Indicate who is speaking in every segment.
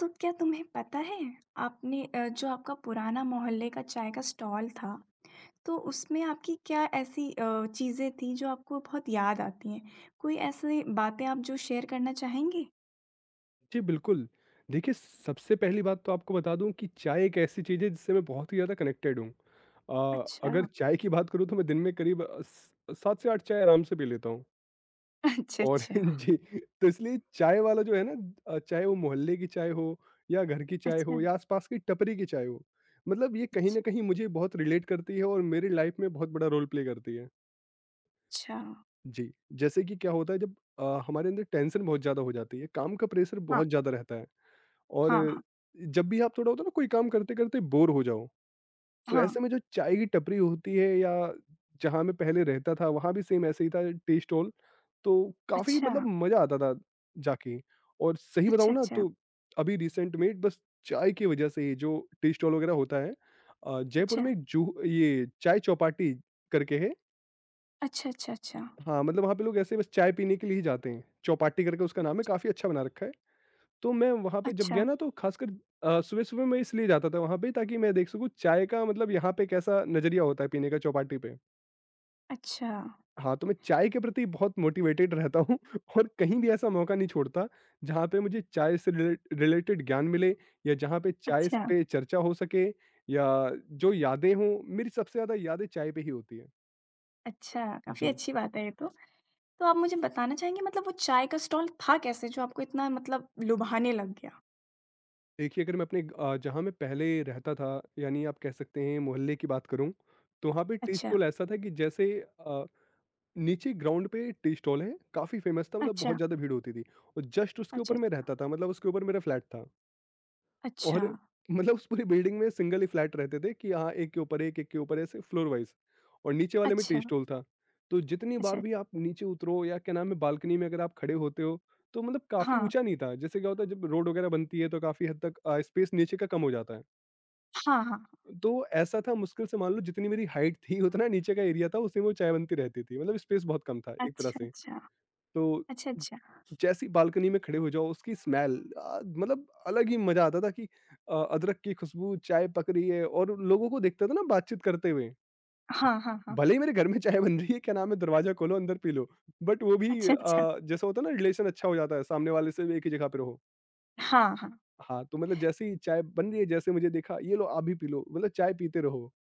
Speaker 1: तो क्या तुम्हें पता है? आपने जो आपका पुराना मोहल्ले का चाय का स्टॉल था, तो उसमें आपकी क्या ऐसी चीज़ें थी जो आपको बहुत याद आती हैं? कोई ऐसी बातें आप जो शेयर करना चाहेंगे?
Speaker 2: जी, बिल्कुल। देखिए, सबसे पहली बात तो आपको बता दूँ कि चाय एक ऐसी चीज़ है जिससे मैं बहुत ही ज़्यादा कनेक्टेड हूँ।
Speaker 1: अच्छा।
Speaker 2: अगर चाय की बात करूँ तो मैं दिन में करीब अ, स 7 से 8 चाय आराम से पी लेता हूँ
Speaker 1: अच्छा,
Speaker 2: और
Speaker 1: अच्छा।
Speaker 2: जी। तो इसलिए चाय वाला जो है ना, चाहे वो मोहल्ले की चाय हो या घर की चाय
Speaker 1: अच्छा,
Speaker 2: हो या आस-पास की टपरी की चाय हो, मतलब ये कहीं न
Speaker 1: अच्छा,
Speaker 2: कहीं मुझे बहुत रिलेट करती है और मेरी लाइफ़ में बहुत बड़ा रोल प्ले करती है।
Speaker 1: अच्छा।
Speaker 2: जी। जैसे कि क्या होता है, जब हमारे अंदर टेंशन बहुत ज़्यादा हो जाती है, काम का प्रेशर
Speaker 1: हाँ,
Speaker 2: बहुत ज़्यादा रहता है। और
Speaker 1: हाँ, हाँ,
Speaker 2: जब भी आप, थोड़ा होता है ना, कोई काम करते-करते बोर हो जाओ, तो
Speaker 1: हाँ।
Speaker 2: ऐसे में जो चाय की टपरी होती है, या जहाँ मैं पहले रहता था वहाँ भी सेम ऐसे ही था टी स्टॉल, तो काफ़ी
Speaker 1: अच्छा,
Speaker 2: मतलब मज़ा आता था जाके। और सही
Speaker 1: अच्छा,
Speaker 2: बताऊँ ना,
Speaker 1: अच्छा,
Speaker 2: तो अभी रिसेंट में बस चाय की वजह से ही जो टी स्टॉल वगैरह होता है, जयपुर
Speaker 1: अच्छा,
Speaker 2: में एक जूह ये चाय चौपाटी करके है।
Speaker 1: अच्छा, अच्छा, अच्छा।
Speaker 2: हाँ, मतलब वहाँ पे लोग ऐसे बस चाय पीने के लिए ही जाते हैं। चौपाटी करके उसका नाम है, काफ़ी अच्छा बना रखा है। तो मैं वहाँ पे जब
Speaker 1: अच्छा,
Speaker 2: गया ना, तो ख़ासकर सुबह-सुबह मैं इसलिए जाता था वहाँ पे, ताकि मैं देख सकूँ चाय का मतलब यहाँ पे कैसा नज़रिया होता है पीने का चौपाटी पे।
Speaker 1: अच्छा,
Speaker 2: हाँ, तो मैं चाय के प्रति बहुत मोटिवेटेड रहता हूँ, और कहीं भी ऐसा मौका नहीं छोड़ता जहाँ पे मुझे चाय से रिलेटेड ज्ञान मिले, या जहाँ पे चाय स
Speaker 1: अच्छा,
Speaker 2: पे चर्चा हो सके, या जो यादें हों। मेरी सबसे ज़्यादा यादें चाय पे ही होती हैं।
Speaker 1: अच्छा। काफ़ी
Speaker 2: जी।
Speaker 1: अच्छी बात है ये तो। तो आप मुझे बताना चाहेंगे मतलब वो चाय का स्टॉल था कैसे जो आपको इतना मतलब लुभाने लग गया?
Speaker 2: देखिए, अगर मैं अपने, जहाँ मैं पहले रहता था, यानी आप कह सकते हैं मोहल्ले की बात करूँ, तो वहाँ पे टी
Speaker 1: अच्छा,
Speaker 2: स्टॉल ऐसा था कि जैसे नीचे ग्राउंड पे टी स्टॉल है, काफ़ी फ़ेमस था, मतलब बहुत
Speaker 1: अच्छा,
Speaker 2: ज़्यादा भीड़ होती थी। और जस्ट उसके
Speaker 1: अच्छा,
Speaker 2: ऊपर मैं रहता था, मतलब उसके ऊपर मेरा फ्लैट था।
Speaker 1: अच्छा,
Speaker 2: और मतलब उस पूरी बिल्डिंग में सिंगल ही फ्लैट रहते थे कि हाँ, एक के ऊपर एक, एक के ऊपर ऐसे फ्लोर वाइज़, और नीचे वाले में टी
Speaker 1: अच्छा,
Speaker 2: स्टॉल था। तो जितनी
Speaker 1: अच्छा,
Speaker 2: बार
Speaker 1: अच्छा,
Speaker 2: भी आप नीचे उतरो, या क्या नाम है, बालकनी में अगर आप खड़े होते हो, तो मतलब काफ़ी
Speaker 1: हाँ,
Speaker 2: ऊँचा नहीं था। जैसे क्या होता है, जब रोड वगैरह बनती है, तो काफ़ी हद तक स्पेस नीचे का कम हो जाता है।
Speaker 1: हाँ, हाँ,
Speaker 2: तो ऐसा था, मुश्किल से मान लो जितनी मेरी हाइट थी उतना नीचे का एरिया था, उसी में वो चाय बनती रहती थी। मतलब स्पेस बहुत कम था एक तरह
Speaker 1: अच्छा,
Speaker 2: से।
Speaker 1: अच्छा,
Speaker 2: तो
Speaker 1: अच्छा, अच्छा,
Speaker 2: जैसे ही बालकनी में खड़े हो जाओ उसकी स्मेल, मतलब अलग ही मजा आता था कि अदरक की खुशबू, चाय पक रही है, और लोगों को देखता था ना बातचीत करते हुए।
Speaker 1: हाँ, हाँ, हाँ,
Speaker 2: भले ही मेरे घर में चाय बन रही है, क्या नाम है, दरवाजा खोलो अंदर पी लो, बट वो भी
Speaker 1: अच्छा, अच्छा,
Speaker 2: जैसा होता है ना, रिलेशन अच्छा हो जाता है सामने वाले से भी, एक ही जगह पे रहो।
Speaker 1: हाँ, हाँ,
Speaker 2: हाँ, तो मतलब जैसे ही चाय बन रही है, जैसे मुझे देखा, ये लो आप भी पी लो, मतलब चाय पीते रहो।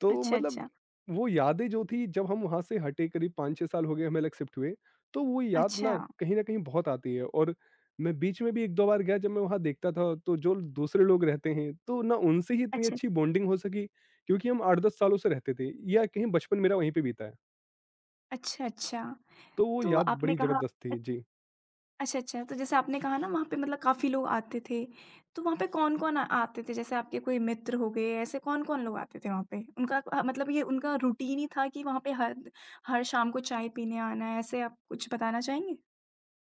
Speaker 2: तो
Speaker 1: अच्छा,
Speaker 2: मतलब
Speaker 1: अच्छा,
Speaker 2: वो यादें जो थी, जब हम वहाँ से हटे करीब 5-6 साल हो गए हमें अलग शिफ्ट हुए, तो वो याद ना
Speaker 1: अच्छा,
Speaker 2: कहीं न कहीं बहुत आती है। और मैं बीच में भी 1-2 बार गया, जब मैं वहाँ देखता था तो जो दूसरे लोग रहते हैं, तो ना उनसे ही इतनी
Speaker 1: अच्छा,
Speaker 2: अच्छी बॉन्डिंग हो सकी, क्योंकि हम 8-10 सालों से रहते थे, या कहीं बचपन मेरा वहीं पे बीता है।
Speaker 1: अच्छा, अच्छा,
Speaker 2: तो वो
Speaker 1: तो
Speaker 2: याद
Speaker 1: आपने
Speaker 2: बड़ी
Speaker 1: कहा।
Speaker 2: ज़बरदस्त थी। जी।
Speaker 1: अच्छा, अच्छा। तो जैसे आपने कहा ना वहाँ पे मतलब काफ़ी लोग आते थे, तो वहाँ पे कौन-कौन आ आते थे? जैसे आपके कोई मित्र हो गए, ऐसे कौन-कौन लोग आते थे वहाँ पे? उनका मतलब ये उनका रूटीन ही था कि वहाँ पे हर हर शाम को चाय पीने आना है, ऐसे आप कुछ बताना चाहेंगे?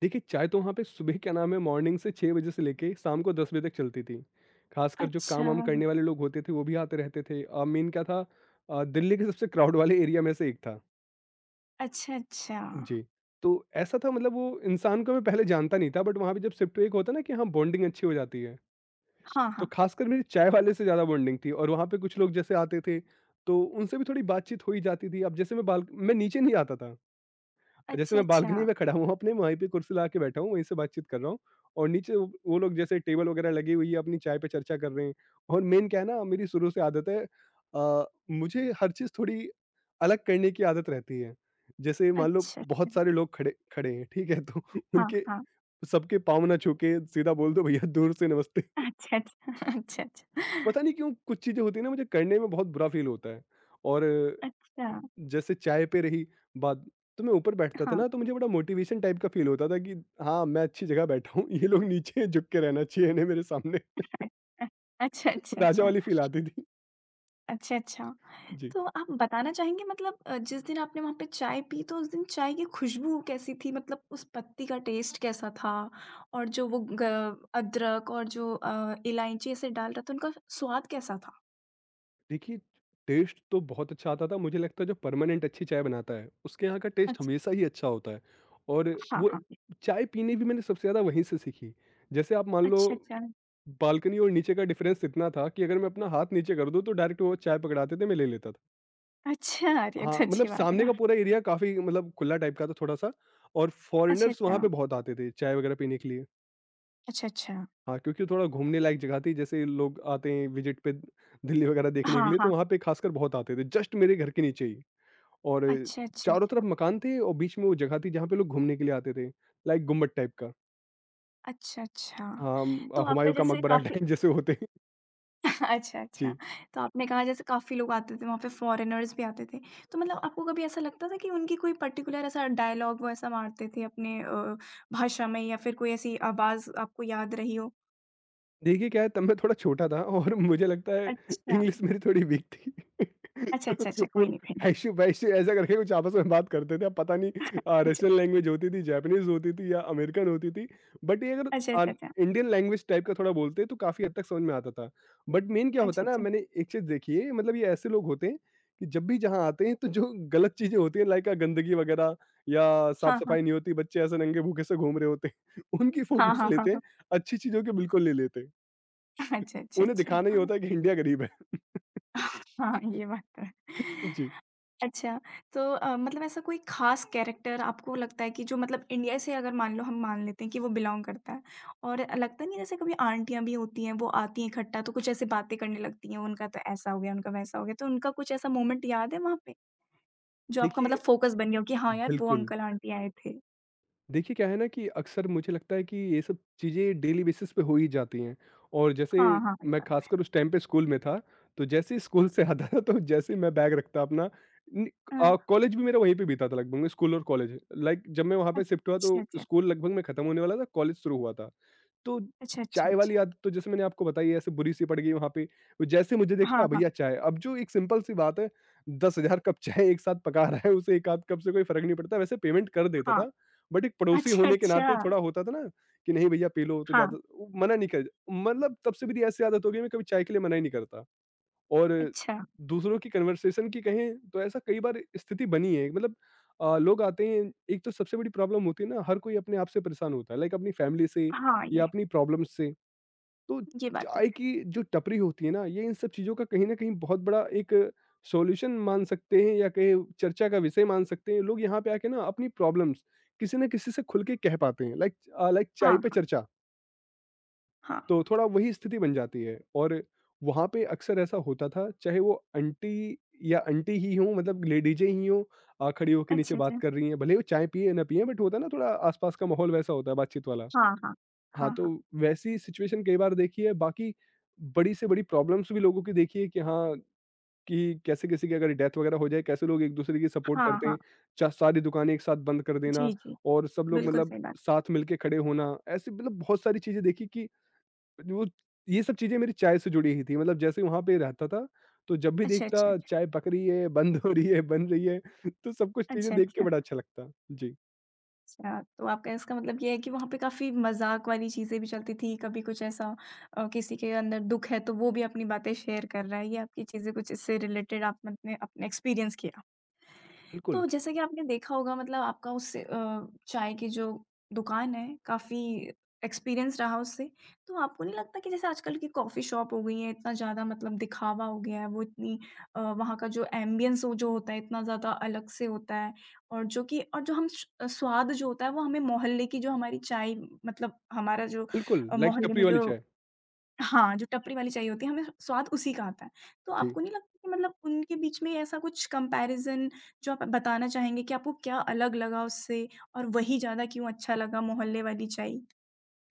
Speaker 2: देखिए, चाय तो वहाँ पे सुबह, क्या नाम है, मॉर्निंग से 6 बजे से लेके शाम को 10 बजे तक चलती थी। ख़ासकर जो
Speaker 1: अच्छा।
Speaker 2: काम-वाम करने वाले लोग होते थे वो भी आते रहते थे। मेन क्या था, दिल्ली के सबसे क्राउड वाले एरिया में से एक था।
Speaker 1: अच्छा, अच्छा।
Speaker 2: जी। तो ऐसा था, मतलब वो इंसान को मैं पहले जानता नहीं था, बट वहाँ पे जब शिफ्ट हुए एक होता है ना कि हाँ, बॉन्डिंग अच्छी हो जाती है।
Speaker 1: हाँ,
Speaker 2: तो
Speaker 1: हाँ।
Speaker 2: ख़ासकर मेरी चाय वाले से ज़्यादा बॉन्डिंग थी, और वहाँ पे कुछ लोग जैसे आते थे, तो उनसे भी थोड़ी बातचीत हो ही जाती थी। अब जैसे, मैं बाल मैं नीचे नहीं आता था। जैसे
Speaker 1: अच्छा,
Speaker 2: मैं बालकनी
Speaker 1: अच्छा।
Speaker 2: में खड़ा हूँ अपने, वहीं पे कुर्सी लगा के बैठा हूँ, वहीं से बातचीत कर रहा हूँ, और नीचे वो लोग जैसे टेबल वगैरह लगी हुई है, अपनी चाय पे चर्चा कर रहे हैं। और मेन क्या है ना, मेरी शुरू से आदत है, अ, मुझे हर चीज़ थोड़ी अलग करने की आदत रहती है। जैसे मान लो,
Speaker 1: अच्छा, अच्छा।
Speaker 2: बहुत सारे लोग खड़े खड़े हैं, ठीक है? तो
Speaker 1: हाँ,
Speaker 2: उनके
Speaker 1: हाँ।
Speaker 2: सबके पाँव ना छू के सीधा बोल दो, भैया दूर से नमस्ते।
Speaker 1: अच्छा, अच्छा। अच्छा, अच्छा।
Speaker 2: पता नहीं क्यों कुछ चीज़ें होती है ना, मुझे करने में बहुत बुरा फ़ील होता है। और
Speaker 1: अच्छा,
Speaker 2: जैसे चाय पे रही बात, तो मैं ऊपर बैठता था
Speaker 1: हाँ।
Speaker 2: ना, तो मुझे बड़ा मोटिवेशन टाइप का फील होता था कि हाँ, मैं अच्छी जगह बैठा हूँ, ये लोग नीचे झुक के रहना चाहिए इन्हें मेरे सामने।
Speaker 1: अ अच्छा, अच्छा,
Speaker 2: राजा
Speaker 1: अच्छा।
Speaker 2: वाली फील आती थी।
Speaker 1: अच्छा, अच्छा।
Speaker 2: जी।
Speaker 1: तो आप बताना चाहेंगे मतलब जिस दिन आपने वहाँ पे चाय पी तो उस दिन चाय की खुशबू कैसी थी? मतलब उस पत्ती का टेस्ट कैसा था? और जो वो ग अदरक और जो इलायची ऐसे डाल रहा था उनका स्वाद कैसा था?
Speaker 2: देखिए, टेस्ट तो बहुत अच्छा आता था, मुझे लगता है जो परमानेंट अच्छी चाय बनाता है, उसके यहाँ का टेस्ट
Speaker 1: अच्छा।
Speaker 2: हमेशा ही अच्छा होता है। और
Speaker 1: हाँ,
Speaker 2: वो
Speaker 1: हाँ।
Speaker 2: चाय पीने भी मैंने सबसे ज़्यादा वहीं से सीखी। जैसे आप मान लो,
Speaker 1: अच्छा, अच्छा।
Speaker 2: बालकनी और नीचे का डिफरेंस इतना था कि अगर मैं अपना हाथ नीचे कर दूँ तो डायरेक्ट वो चाय पकड़ाते थे, मैं ले लेता था।
Speaker 1: अच्छा अरे! ये
Speaker 2: हाँ,
Speaker 1: तो
Speaker 2: मतलब
Speaker 1: अच्छी बात है
Speaker 2: सामने का
Speaker 1: काफ़ी।
Speaker 2: पूरा एरिया काफ़ी मतलब खुला टाइप का था थोड़ा-सा, और
Speaker 1: अच्छा,
Speaker 2: फ़ॉरेनर्स वहाँ
Speaker 1: अच्छा।
Speaker 2: पे बहुत आते थे चाय वगैरह पीने के लिए।
Speaker 1: अच्छा, अच्छा।
Speaker 2: हाँ, क्योंकि थोड़ा घूमने लायक जगह थी, जैसे लोग आते हैं विज़िट पे दिल्ली वगैरह देखने के
Speaker 1: हाँ,
Speaker 2: लिए, तो
Speaker 1: हाँ।
Speaker 2: वहाँ पे खासकर बहुत आते थे, जस्ट मेरे घर के नीचे ही। और
Speaker 1: अच्छा, अच्छा,
Speaker 2: चारों तरफ
Speaker 1: अच्छा।
Speaker 2: मकान थे, और बीच में वो जगह थी जहाँ पे लोग घूमने के लिए आते थे, लाइक गुम्बद टाइप का।
Speaker 1: अच्छा, अच्छा।
Speaker 2: हाँ,
Speaker 1: तो आपका
Speaker 2: हुमायूँ का
Speaker 1: जैसे
Speaker 2: मकबरा
Speaker 1: काफ़ी।
Speaker 2: टाइप जैसे होते हैं।
Speaker 1: अच्छा, अच्छा।
Speaker 2: जी।
Speaker 1: तो आपने कहा जैसे काफ़ी लोग आते थे, वहाँ पे फॉरेनर्स भी आते थे। तो मतलब आपको कभी ऐसा लगता था कि उनकी कोई पर्टिकुलर ऐसा डायलॉग वो ऐसा मारते थे अपने भाषा में या फिर कोई ऐसी आवाज़ आपको याद रही हो?
Speaker 2: देखिए, क्या है, तब मैं थोड़ा छोटा था और मुझे लगता है
Speaker 1: अच्छा।
Speaker 2: इंग्लिश मेरी थोड़ी वीक थी।
Speaker 1: अच्छा,
Speaker 2: तो
Speaker 1: अच्छा, अच्छा।
Speaker 2: वो
Speaker 1: कोई नहीं, कोई नहीं।
Speaker 2: हैशु वैशु ऐसा करके कुछ आपस में बात करते थे, अब पता नहीं,
Speaker 1: अच्छा,
Speaker 2: रशियन लैंग्वेज होती थी, जापानीज़ होती थी या अमेरिकन होती थी। बट ये अगर
Speaker 1: अच्छा,
Speaker 2: अ,
Speaker 1: अच्छा, अच्छा।
Speaker 2: इंडियन लैंग्वेज टाइप का थोड़ा बोलते, तो काफ़ी हद तक समझ में आता था। बट मेन क्या होता है
Speaker 1: अच्छा,
Speaker 2: ना,
Speaker 1: अच्छा।
Speaker 2: मैंने एक चीज़ देखी है, मतलब ये ऐसे लोग होते हैं कि जब भी जहाँ आते हैं, तो जो गलत चीज़ें होती हैं, लाइक गंदगी वगैरह, या
Speaker 1: हाँ, हाँ।
Speaker 2: साफ-सफाई नहीं होती, बच्चे ऐसे नंगे भूखे से घूम रहे होते हैं, उनकी
Speaker 1: हाँ,
Speaker 2: फ़ोटोज़
Speaker 1: हाँ, हाँ,
Speaker 2: लेते हैं,
Speaker 1: हाँ।
Speaker 2: अच्छी चीज़ों की बिल्कुल नहीं लेते। हैं।
Speaker 1: अच्छा, अच्छा,
Speaker 2: उन्हें दिखाना ही
Speaker 1: अच्छा।
Speaker 2: होता है कि इंडिया गरीब है।
Speaker 1: हाँ, ये बात तो है।
Speaker 2: जी।
Speaker 1: अच्छा, तो मतलब ऐसा कोई ख़ास कैरेक्टर आपको लगता है कि जो मतलब इंडिया से अगर मान लो हम मान लेते हैं कि वो बिलॉन्ग करता है और लगता नहीं है जैसे कभी आंटियाँ भी होती हैं, वो आती हैं इकट्ठा तो कुछ ऐसे बातें करने लगती हैं, उनका तो ऐसा हो गया, उनका वैसा हो गया, तो उनका कुछ ऐसा मोमेंट याद है वहाँ पे? जो आपका मतलब
Speaker 2: देखिए,
Speaker 1: फ़ोकस बन गया हो कि हाँ यार, वो
Speaker 2: बिल्कुल।
Speaker 1: अंकल आंटी आए थे।
Speaker 2: देखिए, क्या है ना, कि अक्सर मुझे लगता है कि ये सब चीज़ें डेली बेसिस पे हो ही जाती हैं। और जैसे,
Speaker 1: हाँ, हाँ, मुझे
Speaker 2: मैं
Speaker 1: पता है।
Speaker 2: ख़ासकर उस टाइम पे स्कूल में था, तो जैसे ही स्कूल से आता था, तो जैसे ही मैं बैग रखता अपना नि
Speaker 1: अ,
Speaker 2: कॉलेज भी मेरा वहीं पे बीता था लगभग। स्कूल और कॉलेज, लाइक जब मैं वहाँ पे शिफ्ट हुआ
Speaker 1: अच्छा,
Speaker 2: तो
Speaker 1: अच्छा।
Speaker 2: स्कूल लगभग मैं खत्म होने वाला था, कॉलेज शुरू हुआ था। तो
Speaker 1: अच्छा, अच्छा,
Speaker 2: चाय वाली
Speaker 1: अच्छा।
Speaker 2: आदत तो जैसे मैंने आपको बताई है, ऐसे बुरी सी पड़ गई वहाँ पे। वो जैसे मुझे देखता,
Speaker 1: हाँ, हाँ,
Speaker 2: भैया चाय, अब जो एक सिंपल सी बात है, 10,000 कप चाय एक साथ पका रहा है उसे एक आध कप से कोई फर्क नहीं पड़ता। वैसे पेमेंट कर देता
Speaker 1: हाँ।
Speaker 2: था, बट एक पड़ोसी
Speaker 1: अच्छा,
Speaker 2: होने के नाते
Speaker 1: अच्छा।
Speaker 2: थोड़ा होता था ना कि नहीं भैया पी लो, तो
Speaker 1: हाँ,
Speaker 2: ज़्यादा मना नहीं कर, मतलब तब से मेरी ऐसी आदत हो गई, मैं कभी चाय के लिए मना ही नहीं करता। और
Speaker 1: अच्छा।
Speaker 2: दूसरों की कन्वर्सेशन की कहें, तो ऐसा कई बार स्थिति बनी है, मतलब लोग आते हैं, एक तो सबसे बड़ी प्रॉब्लम होती है ना, हर कोई अपने आप से परेशान होता है, लाइक अपनी फैमिली से
Speaker 1: हाँ,
Speaker 2: या
Speaker 1: ये
Speaker 2: अपनी प्रॉब्लम से, तो
Speaker 1: ये बात तो
Speaker 2: चाय
Speaker 1: है।
Speaker 2: की जो टपरी होती है ना, ये इन सब चीज़ों का कहीं ना कहीं बहुत बड़ा एक सॉल्यूशन मान सकते हैं, या कहीं चर्चा का विषय मान सकते हैं। लोग यहाँ पे आके ना अपनी प्रॉब्लम्स किसी ना किसी से खुल के कह पाते हैं, लाइक लाइक चाय
Speaker 1: हाँ,
Speaker 2: पे
Speaker 1: हाँ,
Speaker 2: चर्चा।
Speaker 1: हाँ।
Speaker 2: तो थोड़ा वही स्थिति बन जाती है। और वहाँ पे अक्सर ऐसा होता था, चाहे वो आंटी या आंटी ही हों, मतलब लेडीजें ही हों, खड़ी होके नीचे
Speaker 1: अच्छा,
Speaker 2: बात
Speaker 1: अच्छा।
Speaker 2: कर रही हैं, भले ही वो चाय पिए ना पिए, बट होता है ना, थोड़ा आसपास का माहौल वैसा होता है बातचीत वाला।
Speaker 1: हाँ, हाँ।
Speaker 2: हाँ
Speaker 1: हाँ,
Speaker 2: तो
Speaker 1: हाँ।
Speaker 2: वैसी सिचुएशन कई बार देखी है। बाकी बड़ी से बड़ी प्रॉब्लम्स भी लोगों की देखी है कि हाँ, कि कैसे किसी की अगर डेथ वगैरह हो जाए, कैसे लोग एक दूसरे की सपोर्ट
Speaker 1: हाँ,
Speaker 2: करते
Speaker 1: हाँ।
Speaker 2: हैं, सारी दुकानें एक साथ बंद कर देना,
Speaker 1: जी, जी।
Speaker 2: और सब लोग
Speaker 1: बिल्कुल
Speaker 2: मतलब
Speaker 1: सही बात।
Speaker 2: साथ मिलके खड़े होना। ऐसी मतलब बहुत सारी चीजें देखी कि वो ये सब चीज़ें मेरी चाय से जुड़ी ही थी। मतलब जैसे वहाँ पे रहता था, तो जब भी
Speaker 1: अच्छा,
Speaker 2: देखता
Speaker 1: अच्छा, अच्छा,
Speaker 2: चाय पक रही है, बंद हो रही है, बन रही है, तो सब कुछ चीज़ें
Speaker 1: अच्छा,
Speaker 2: देख के
Speaker 1: अच्छा।
Speaker 2: बड़ा अच्छा लगता। जी,
Speaker 1: तो आपका इसका मतलब ये है कि वहाँ पे काफ़ी मज़ाक वाली चीज़ें भी चलती थी, कभी कुछ ऐसा किसी के अंदर दुःख है तो वो भी अपनी बातें शेयर कर रहा है, ये आपकी चीज़ें कुछ इससे रिलेटेड आपने अपने एक्सपीरियंस किया।
Speaker 2: बिल्कुल,
Speaker 1: तो जैसा कि आपने देखा होगा मतलब आपका उससे चाय की जो दुकान है काफ़ी एक्सपीरियंस रहा उससे। तो आपको नहीं लगता कि जैसे आजकल की कॉफ़ी शॉप हो गई हैं इतना ज़्यादा मतलब दिखावा हो गया है वो इतनी वहाँ का जो एम्बियंस वो जो होता है इतना ज़्यादा अलग से होता है और जो कि और जो हम स स्वाद जो होता है वो हमें मोहल्ले की जो हमारी चाय मतलब हमारा जो
Speaker 2: बिल्कुल लाइक
Speaker 1: मोहल्ले
Speaker 2: टपरी
Speaker 1: में
Speaker 2: वाली
Speaker 1: जो
Speaker 2: चाय।
Speaker 1: हाँ, जो टपरी वाली चाय होती है, हमें स्वाद उसी का आता है। तो
Speaker 2: जी।
Speaker 1: आपको नहीं लगता कि मतलब उनके बीच में ऐसा कुछ कंपैरिज़न जो आप बताना चाहेंगे कि आपको क्या अलग लगा उससे और वही ज़्यादा क्यों अच्छा लगा मोहल्ले वाली चाय?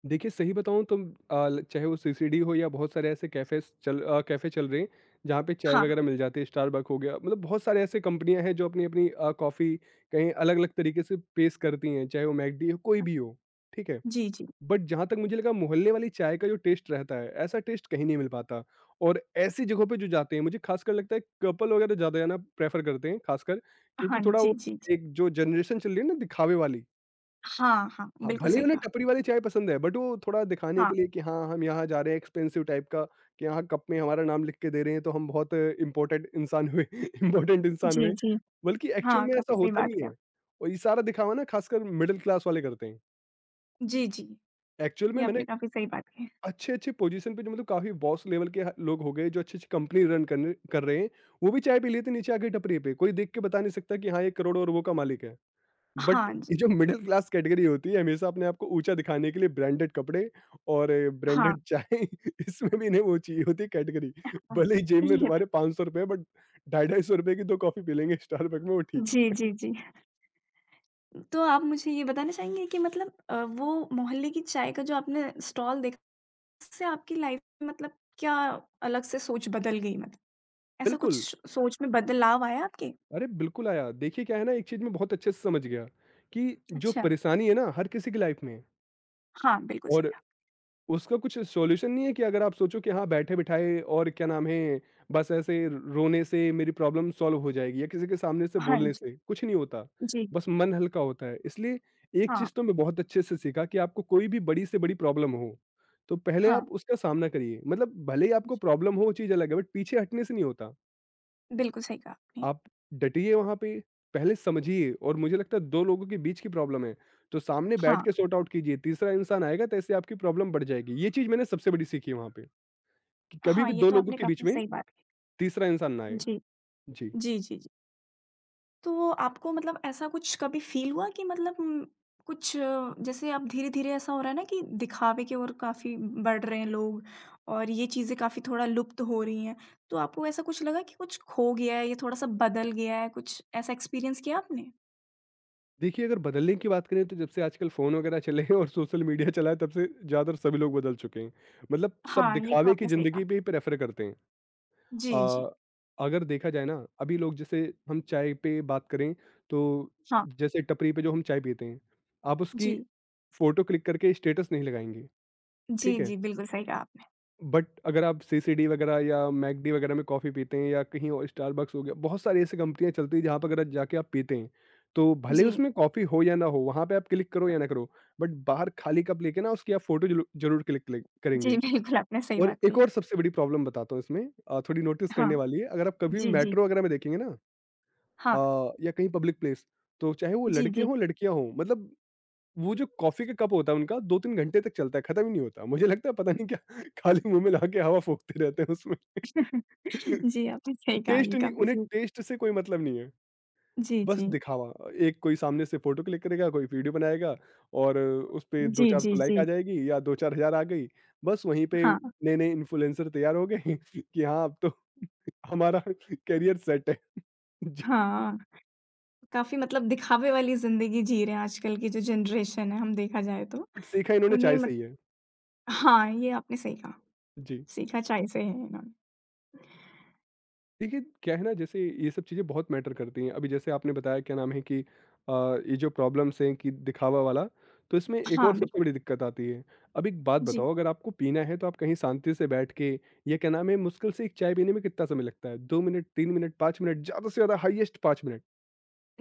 Speaker 2: देखिए सही बताऊँ तो अ, ल चाहे वो सीसीडी हो या बहुत सारे ऐसे कैफ़े चल रहे हैं, जहाँ पे चाय
Speaker 1: हाँ,
Speaker 2: वगैरह मिल जाती है, स्टारबक हो गया, मतलब बहुत सारे ऐसे कंपनियाँ हैं जो अपनी-अपनी कॉफ़ी कहीं अलग-अलग तरीके से पेश करती हैं, चाहे वो मैकडि हो, कोई भी हो, ठीक है?
Speaker 1: जी, जी।
Speaker 2: बट जहाँ तक मुझे लगा, मोहल्ले वाली चाय का जो टेस्ट रहता है, ऐसा टेस्ट कहीं नहीं मिल पाता। और ऐसी जगहों पे जो जाते हैं, मुझे खासकर लगता है कपल वगैरह ज़्यादा जाना प्रेफ़र करते हैं, खासकर क्योंकि
Speaker 1: हाँ,
Speaker 2: थोड़ा वो
Speaker 1: जी, जी, जी।
Speaker 2: एक जो जनरेशन चल रही है ना दिखावे वाली,
Speaker 1: हाँ, हाँ,
Speaker 2: हाँ,
Speaker 1: बिल्कुल
Speaker 2: भले ही
Speaker 1: सही
Speaker 2: उन्हें
Speaker 1: कहा।
Speaker 2: टपरी वाली चाय पसंद है, बट वो थोड़ा दिखाने
Speaker 1: हाँ,
Speaker 2: के लिए कि हाँ, हम यहाँ जा रहे हैं एक्सपेंसिव टाइप का, कि यहाँ कप में हमारा नाम लिख के दे रहे हैं तो हम बहुत इम्पोर्टेंट इंसान हुए इम्पोर्टेंट इंसान
Speaker 1: जी,
Speaker 2: हुए,
Speaker 1: जी।
Speaker 2: बल्कि एक्चुअल
Speaker 1: हाँ,
Speaker 2: में
Speaker 1: काफ़ी
Speaker 2: ऐसा
Speaker 1: सही
Speaker 2: होता
Speaker 1: बात
Speaker 2: नहीं है।
Speaker 1: कही
Speaker 2: और ये सारा दिखावा ना खासकर मिडल क्लास वाले करते हैं।
Speaker 1: आपने। जी, जी,
Speaker 2: एक्चुअल में
Speaker 1: ये
Speaker 2: मैंने
Speaker 1: आपने काफ़ी सही बात कही।
Speaker 2: अच्छे-अच्छे पोजीशन पे जो मतलब काफ़ी बॉस लेवल के ह लोग हो गए, जो अच्छी-अच्छी कंपनी रन करने कर रहे हैं, वो भी चाय पी लेते हैं नीचे आके टपरी पे। कोई देख के बता नहीं सकता कि हाँ, ये करोड़ों-अरबों का मालिक है। बट
Speaker 1: हाँ जी,
Speaker 2: ये जो मिडल क्लास कैटेगरी होती है, हमेशा अपने आप को ऊँचा दिखाने के लिए ब्रांडेड कपड़े और
Speaker 1: हाँ,
Speaker 2: ब्रांडेड चाय, इसमें भी इन्हें वो चाहिए होती है कैटेगरी।
Speaker 1: हाँ।
Speaker 2: भले ही जेब में
Speaker 1: ये तो
Speaker 2: तुम्हारे ₹500 है, बट ₹250-₹250 की 2 कॉफ़ी पी लेंगे स्टारबक में, वो ठीक
Speaker 1: जी,
Speaker 2: है।
Speaker 1: जी, जी। तो आप मुझे ये बताना चाहेंगे कि मतलब वो मोहल्ले की चाय का जो आपने स्टॉल देखा उससे आपकी लाइफ में मतलब क्या अलग से सोच बदल गई मतलब? ऐसा कुछ
Speaker 2: बिल्कुल,
Speaker 1: सोच में बदलाव आया आपके?
Speaker 2: अरे बिल्कुल आया। देखिए क्या है ना, एक चीज़ मैं बहुत अच्छे से समझ गया कि जो
Speaker 1: अच्छा,
Speaker 2: परेशानी है ना, हर किसी की लाइफ में है,
Speaker 1: हाँ, बिल्कुल सही
Speaker 2: और
Speaker 1: कहा।
Speaker 2: उसका कुछ सॉल्यूशन नहीं है कि अगर आप सोचो कि हाँ बैठे-बिठाए और क्या नाम है, बस ऐसे रोने से मेरी प्रॉब्लम सॉल्व हो जाएगी या किसी के सामने से
Speaker 1: हाँ
Speaker 2: बोलने
Speaker 1: जी,
Speaker 2: से, कुछ नहीं होता।
Speaker 1: जी, जी।
Speaker 2: बस मन हल्का होता है। इसलिए एक
Speaker 1: हाँ,
Speaker 2: चीज़ तो मैं बहुत अच्छे से सीखा कि आपको कोई भी बड़ी से बड़ी प्रॉब्लम हो, तो पहले
Speaker 1: हाँ,
Speaker 2: आप उसका सामना करिए। मतलब भले ही आपको
Speaker 1: जी,
Speaker 2: प्रॉब्लम हो वो चीज़ अलग है, बट पीछे हटने से नहीं होता।
Speaker 1: बिल्कुल सही कहा आपने।
Speaker 2: आप डटिए वहाँ पे, पहले समझिए, और मुझे लगता है 2 लोगों के बीच की प्रॉब्लम है, तो सामने बैठ
Speaker 1: हाँ,
Speaker 2: के सॉर्ट आउट कीजिए। तीसरा इंसान आएगा तो ऐसे आपकी प्रॉब्लम बढ़ जाएगी। ये चीज़ मैंने सबसे बड़ी सीखी है वहाँ पे, कि कभी
Speaker 1: हाँ,
Speaker 2: भी
Speaker 1: ये
Speaker 2: 2
Speaker 1: तो
Speaker 2: लोगों
Speaker 1: आपने
Speaker 2: के बीच
Speaker 1: काफ़ी
Speaker 2: में
Speaker 1: सही बात की।
Speaker 2: तीसरा इंसान ना आए।
Speaker 1: जी,
Speaker 2: जी।
Speaker 1: जी, जी। तो आपको मतलब ऐसा कुछ कभी फ़ील हुआ कि मतलब कुछ जैसे अब धीरे-धीरे ऐसा हो रहा है ना कि दिखावे की ओर काफ़ी बढ़ रहे हैं लोग और ये चीज़ें काफ़ी थोड़ा लुप्त हो रही हैं। तो आपको ऐसा कुछ लगा कि कुछ खो गया है, ये थोड़ा-सा बदल गया है, कुछ ऐसा एक्सपीरियंस किया आपने?
Speaker 2: देखिए अगर बदलने की बात करें तो जब से आजकल फ़ोन वगैरह चले हैं और सोशल मीडिया चला है, तब से ज़्यादातर सभी लोग बदल चुके हैं। मतलब सब
Speaker 1: हाँ, ये तो
Speaker 2: दिखावे की
Speaker 1: आपने सही कहा।
Speaker 2: ज़िंदगी पे ही प्रेफ़र करते हैं।
Speaker 1: जी, जी।
Speaker 2: अ, अगर देखा जाए ना अभी लोग जैसे हम चाय पे बात करें, तो
Speaker 1: हाँ,
Speaker 2: जैसे टपरी पे जो हम चाय पीते हैं, आप उसकी
Speaker 1: जी।
Speaker 2: फोटो क्लिक करके स्टेटस नहीं लगाएंगे,
Speaker 1: जी,
Speaker 2: ठीक है।
Speaker 1: जी, बिल्कुल सही कहा आपने।
Speaker 2: बट अगर आप सीसीडी वगैरह या मैकडी वगैरह में कॉफ़ी पीते हैं, या कहीं और स्टारबक्स हो गया, बहुत सारी ऐसी कंपनियां चलती हैं, जहाँ पर अगर जाके आप पीते हैं, तो भले
Speaker 1: जी।
Speaker 2: उसमें कॉफ़ी हो या ना हो, वहाँ पे आप क्लिक करो या ना करो, बट बाहर खाली कप लेके ना उसकी आप फोटो जरूर क्लिक
Speaker 1: जी,
Speaker 2: करेंगे।
Speaker 1: बिल्कुल आपने सही
Speaker 2: और
Speaker 1: बात
Speaker 2: एक
Speaker 1: कही।
Speaker 2: और सबसे बड़ी प्रॉब्लम बताता हूँ इसमें, थोड़ी नोटिस करने
Speaker 1: हाँ,
Speaker 2: वाली है। अगर आप कभी भी
Speaker 1: जी, जी।
Speaker 2: मेट्रो वगैरह में देखेंगे ना,
Speaker 1: हाँ,
Speaker 2: या कहीं पब्लिक प्लेस, तो चाहे वो
Speaker 1: जी,
Speaker 2: लड़के
Speaker 1: जी।
Speaker 2: हों, लड़कियाँ हों, मतलब वो जो कॉफ़ी का कप होता है उनका, 2-3 घंटे तक चलता है, खत्म ही नहीं होता। मुझे लगता है पता नहीं क्या खाली मुँह में ला के हवा फूँकते रहते हैं उसमें।
Speaker 1: जी, आपने सही कहा
Speaker 2: टेस्ट
Speaker 1: ये
Speaker 2: नहीं,
Speaker 1: काफ़ी
Speaker 2: उन्हें
Speaker 1: जी।
Speaker 2: टेस्ट से कोई मतलब नहीं है,
Speaker 1: जी,
Speaker 2: बस
Speaker 1: जी।
Speaker 2: दिखावा। एक कोई सामने से फ़ोटो क्लिक करेगा, कोई वीडियो बनाएगा, और उसपे
Speaker 1: जी, जी,
Speaker 2: 2-400
Speaker 1: जी।
Speaker 2: लाइक आ जाएगी या 2-4 हज़ार आ गई। बस वहीं पे
Speaker 1: हाँ,
Speaker 2: नए-नए इन्फ्लुएंसर तैयार हो गए कि हाँ, अब तो हमारा करियर सेट है। जी,
Speaker 1: हाँ, काफ़ी मतलब दिखावे वाली ज़िंदगी जी रहे हैं आजकल की जो जनरेशन है, हम देखा जाए तो।
Speaker 2: बट सीखा इन्होंने
Speaker 1: उन्हें
Speaker 2: चाय से
Speaker 1: मत।
Speaker 2: ही है।
Speaker 1: हाँ, ये आपने सही कहा,
Speaker 2: जी,
Speaker 1: सीखा चाय से है इन्होंने।
Speaker 2: देखिए क्या है ना, जैसे ये सब चीज़ें बहुत मैटर करती हैं। अभी जैसे आपने बताया क्या नाम है कि अ, ये जो प्रॉब्लम्स हैं कि दिखावा वाला, तो इसमें एक
Speaker 1: हाँ,
Speaker 2: और सबसे
Speaker 1: बिल्कुल।
Speaker 2: बड़ी दिक्कत आती है। अब एक बात
Speaker 1: जी,
Speaker 2: बताओ, अगर आपको पीना है तो आप कहीं शांति से बैठ के, या क्या नाम है, मुश्किल से एक चाय पीने में कितना समय लगता है? 2 मिनट, 3 मिनट, 5 मिनट ज़्यादा से ज़्यादा, हाईएस्ट 5 मिनट।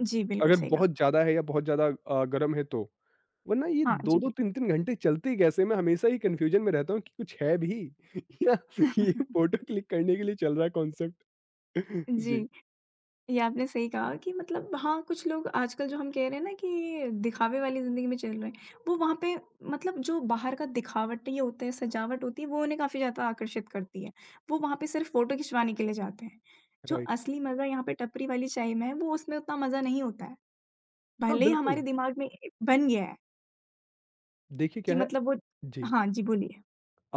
Speaker 1: जी, बिल्कुल
Speaker 2: अगर
Speaker 1: सही कहा।
Speaker 2: बहुत ज़्यादा है या बहुत ज़्यादा गर्म है तो। वरना ये
Speaker 1: हाँ जी,
Speaker 2: 2-2
Speaker 1: बिल्कुल।
Speaker 2: 3-3 घंटे चलते ही कैसे हैं? मैं हमेशा ही कन्फ्यूज़न में रहता हूँ कि कुछ है भी या ये फ़ोटो क्लिक करने के लिए चल रहा है कॉन्सेप्ट। जी,
Speaker 1: जी। ये आपने सही कहा कि मतलब हाँ, कुछ लोग आजकल जो हम कह रहे हैं ना कि दिखावे वाली ज़िंदगी में चल रहे हैं, वो वहाँ पे मतलब जो बाहर का दिखावटी होता है, सजावट होती है, वो उन्हें काफ़ी ज़्यादा आकर्षित करती है। वो वहाँ पे सिर्फ़ फ़ोटो खिंचवाने के लिए जाते हैं। जो
Speaker 2: राइट।
Speaker 1: असली मज़ा यहाँ पे टपरी वाली चाय में है, वो उसमें उतना मज़ा नहीं होता है।
Speaker 2: हाँ,
Speaker 1: भले ही हमारे
Speaker 2: बिल्कुल।
Speaker 1: दिमाग में बन गया है
Speaker 2: देखिए क्या
Speaker 1: कि
Speaker 2: है।
Speaker 1: मतलब वो
Speaker 2: जी।
Speaker 1: हाँ जी, बोलिए।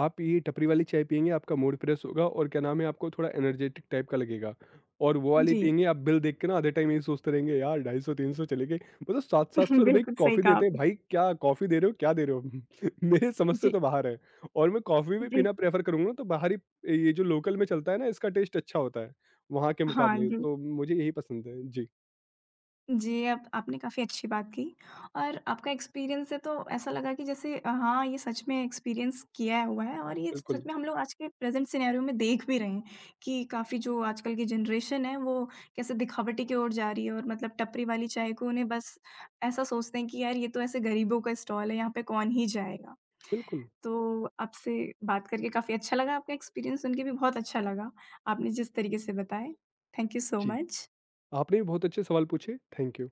Speaker 2: आप ये टपरी वाली चाय पिएँगे, आपका मूड फ्रेश होगा, और क्या नाम है, आपको थोड़ा एनर्जेटिक टाइप का लगेगा। और वो वाली
Speaker 1: जी।
Speaker 2: पिएँगे, आप बिल देख के ना आधे टाइम यही सोचते रहेंगे, यार 250-300 चले गए। मतलब 700-700 रुपए की
Speaker 1: बिल्कुल सही
Speaker 2: कॉफ़ी
Speaker 1: कहा
Speaker 2: देते हैं,
Speaker 1: आपने।
Speaker 2: भाई क्या कॉफ़ी दे रहे हो, क्या दे रहे हो? मेरे समझ से
Speaker 1: जी,
Speaker 2: तो बाहर है। और मैं कॉफ़ी भी
Speaker 1: जी।
Speaker 2: पीना प्रेफ़र करूँगा ना, तो बाहरी ये जो लोकल में चलता है ना, इसका टेस्ट अच्छा होता है, वहाँ के
Speaker 1: हाँ
Speaker 2: मुकाबले।
Speaker 1: जी।
Speaker 2: तो मुझे यही पसंद है। जी,
Speaker 1: जी, आप आपने काफ़ी अच्छी बात की और आपका एक्सपीरियंस है तो ऐसा लगा कि जैसे हाँ, ये सच में एक्सपीरियंस किया हुआ है और ये सच
Speaker 2: बिल्कुल,
Speaker 1: में हम लोग आज के प्रेज़ेंट सिनेरियो में देख भी रहे हैं कि काफ़ी जो आजकल की जनरेशन है, वो कैसे दिखावटी की ओर जा रही है और मतलब टपरी वाली चाय को उन्हें बस ऐसा सोचते हैं कि यार ये तो ऐसे गरीबों का स्टॉल है, यहाँ पे कौन ही जाएगा।
Speaker 2: बिल्कुल।
Speaker 1: तो आपसे बात करके काफ़ी अच्छा लगा, आपका एक्सपीरियंस सुन के भी बहुत अच्छा लगा, आपने जिस तरीके से बताए। थैंक यू सो
Speaker 2: जी,
Speaker 1: मच।
Speaker 2: आपने भी बहुत अच्छे सवाल पूछे। Thank you.